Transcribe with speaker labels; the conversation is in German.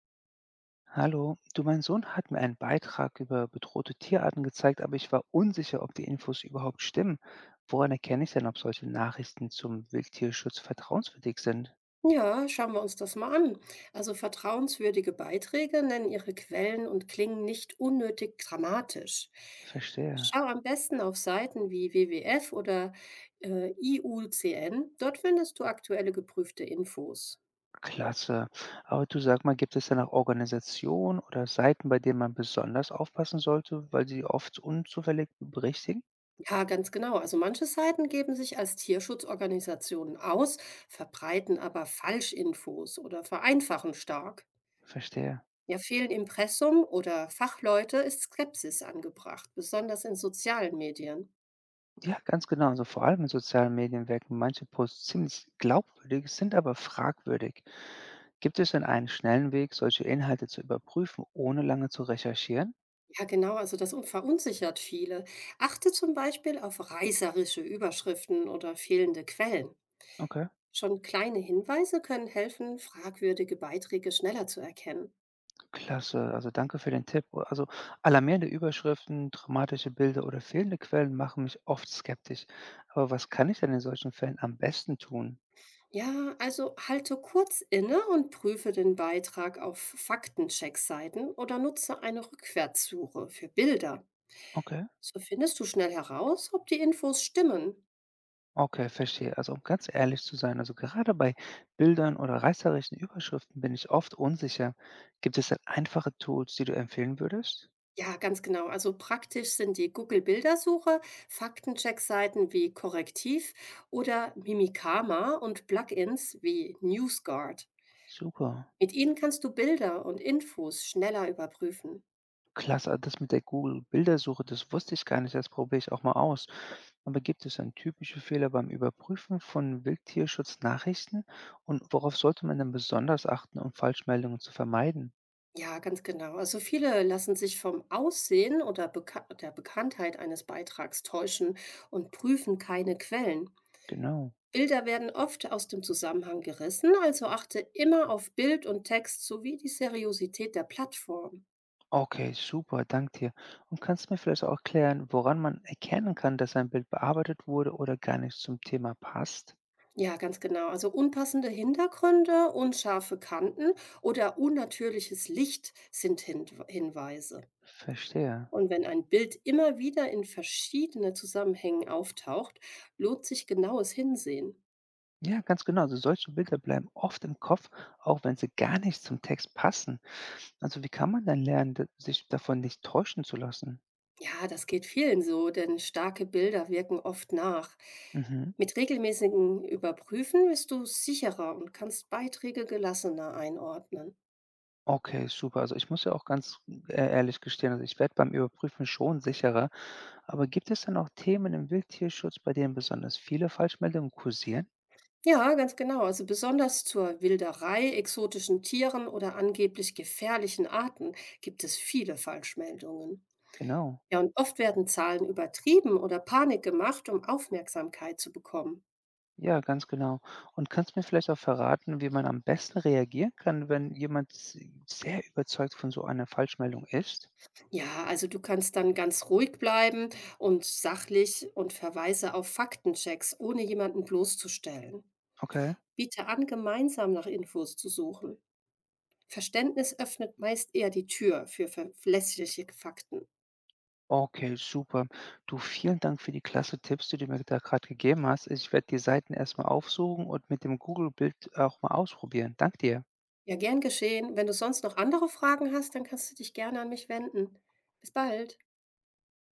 Speaker 1: Hallo, du, mein Sohn hat mir einen Beitrag über bedrohte Tierarten gezeigt, aber ich war unsicher, ob die Infos überhaupt stimmen. Woran erkenne ich denn, ob solche Nachrichten zum Wildtierschutz vertrauenswürdig sind?
Speaker 2: Ja, schauen wir uns das mal an. Also vertrauenswürdige Beiträge nennen ihre Quellen und klingen nicht unnötig dramatisch.
Speaker 1: Verstehe.
Speaker 2: Schau am besten auf Seiten wie WWF oder IUCN. Dort findest du aktuelle geprüfte Infos.
Speaker 1: Klasse. Aber du, sag mal, gibt es denn auch Organisationen oder Seiten, bei denen man besonders aufpassen sollte, weil sie oft unzufällig berichtigen?
Speaker 2: Ja, ganz genau. Also manche Seiten geben sich als Tierschutzorganisationen aus, verbreiten aber Falschinfos oder vereinfachen stark.
Speaker 1: Verstehe.
Speaker 2: Ja, fehlen Impressum oder Fachleute ist Skepsis angebracht, besonders in sozialen Medien.
Speaker 1: Ja, ganz genau. Also vor allem in sozialen Medien wirken manche Posts ziemlich glaubwürdig, sind aber fragwürdig. Gibt es denn einen schnellen Weg, solche Inhalte zu überprüfen, ohne lange zu recherchieren?
Speaker 2: Ja, genau, also das un verunsichert viele. Achte zum Beispiel auf reißerische Überschriften oder fehlende Quellen.
Speaker 1: Okay,
Speaker 2: Schon kleine Hinweise können helfen, fragwürdige Beiträge schneller zu erkennen.
Speaker 1: klasse. Also danke für den Tipp. Also alarmierende Überschriften, dramatische Bilder oder fehlende Quellen machen mich oft skeptisch. Aber was kann ich denn in solchen Fällen am besten tun?
Speaker 2: Ja, also halte kurz inne und prüfe den Beitrag auf Faktencheckseiten oder nutze eine Rückwärtssuche für Bilder.
Speaker 1: Okay,
Speaker 2: So findest du schnell heraus, ob die Infos stimmen.
Speaker 1: okay, verstehe. Also um ganz ehrlich zu sein, also gerade bei Bildern oder reißerischen Überschriften bin ich oft unsicher. Gibt es denn einfache Tools, die du empfehlen würdest?
Speaker 2: Ja, ganz genau. Also praktisch sind die Google-Bildersuche, Faktencheck-Seiten wie Korrektiv oder Mimikama und Plugins wie NewsGuard.
Speaker 1: Super.
Speaker 2: Mit ihnen kannst du Bilder und Infos schneller überprüfen.
Speaker 1: Klasse, ah, das mit der Google-Bildersuche, das wusste ich gar nicht, das probiere ich auch mal aus. Aber gibt es dann typische Fehler beim Überprüfen von Wildtierschutznachrichten? Und worauf sollte man denn besonders achten, um Falschmeldungen zu vermeiden?
Speaker 2: Ja, ganz genau. Also viele lassen sich vom Aussehen oder Beka der Bekanntheit eines Beitrags täuschen und prüfen keine Quellen.
Speaker 1: Genau.
Speaker 2: Bilder werden oft aus dem Zusammenhang gerissen, also achte immer auf Bild und Text sowie die Seriosität der Plattform.
Speaker 1: Okay, super, dank dir. Und kannst du mir vielleicht auch erklären, woran man erkennen kann, dass ein Bild bearbeitet wurde oder gar nicht zum Thema passt?
Speaker 2: Ja, ganz genau. Also unpassende Hintergründe, unscharfe Kanten oder unnatürliches Licht sind Hinweise.
Speaker 1: Verstehe.
Speaker 2: Und wenn ein Bild immer wieder in verschiedene Zusammenhängen auftaucht, lohnt sich genaues Hinsehen.
Speaker 1: Ja, ganz genau. Also solche Bilder bleiben oft im Kopf, auch wenn sie gar nicht zum Text passen. Also, wie kann man denn lernen, d sich davon nicht täuschen zu lassen?
Speaker 2: Ja, das geht vielen so, denn starke Bilder wirken oft nach.
Speaker 1: Mhm.
Speaker 2: Mit regelmäßigen Überprüfen bist du sicherer und kannst Beiträge gelassener einordnen.
Speaker 1: Okay, super. Also, ich muss ja auch ehrlich gestehen, also, ich werde beim Überprüfen schon sicherer. Aber gibt es denn auch Themen im Wildtierschutz, bei denen besonders viele Falschmeldungen kursieren?
Speaker 2: Ja, ganz genau. Also besonders zur Wilderei, exotischen Tieren oder angeblich gefährlichen Arten gibt es viele Falschmeldungen.
Speaker 1: Genau.
Speaker 2: Ja, und oft werden Zahlen übertrieben oder Panik gemacht, um Aufmerksamkeit zu bekommen.
Speaker 1: Ja, ganz genau. Und kannst du mir vielleicht auch verraten, wie man am besten reagieren kann, wenn jemand s sehr überzeugt von so einer Falschmeldung ist?
Speaker 2: Ja, also du kannst dann ganz ruhig bleiben und sachlich und verweise auf Faktenchecks, ohne jemanden bloßzustellen.
Speaker 1: Okay.
Speaker 2: Biete an, gemeinsam nach Infos zu suchen. Verständnis öffnet meist eher die Tür für verlässliche Fakten.
Speaker 1: Okay, super. Du, vielen Dank für die klasse Tipps, die du mir da gerade gegeben hast. Ich werde die Seiten erst mal aufsuchen und mit dem Google-Bild auch mal ausprobieren. Danke dir.
Speaker 2: Ja, gern geschehen. Wenn du sonst noch andere Fragen hast, dann kannst du dich gerne an mich wenden. Bis bald.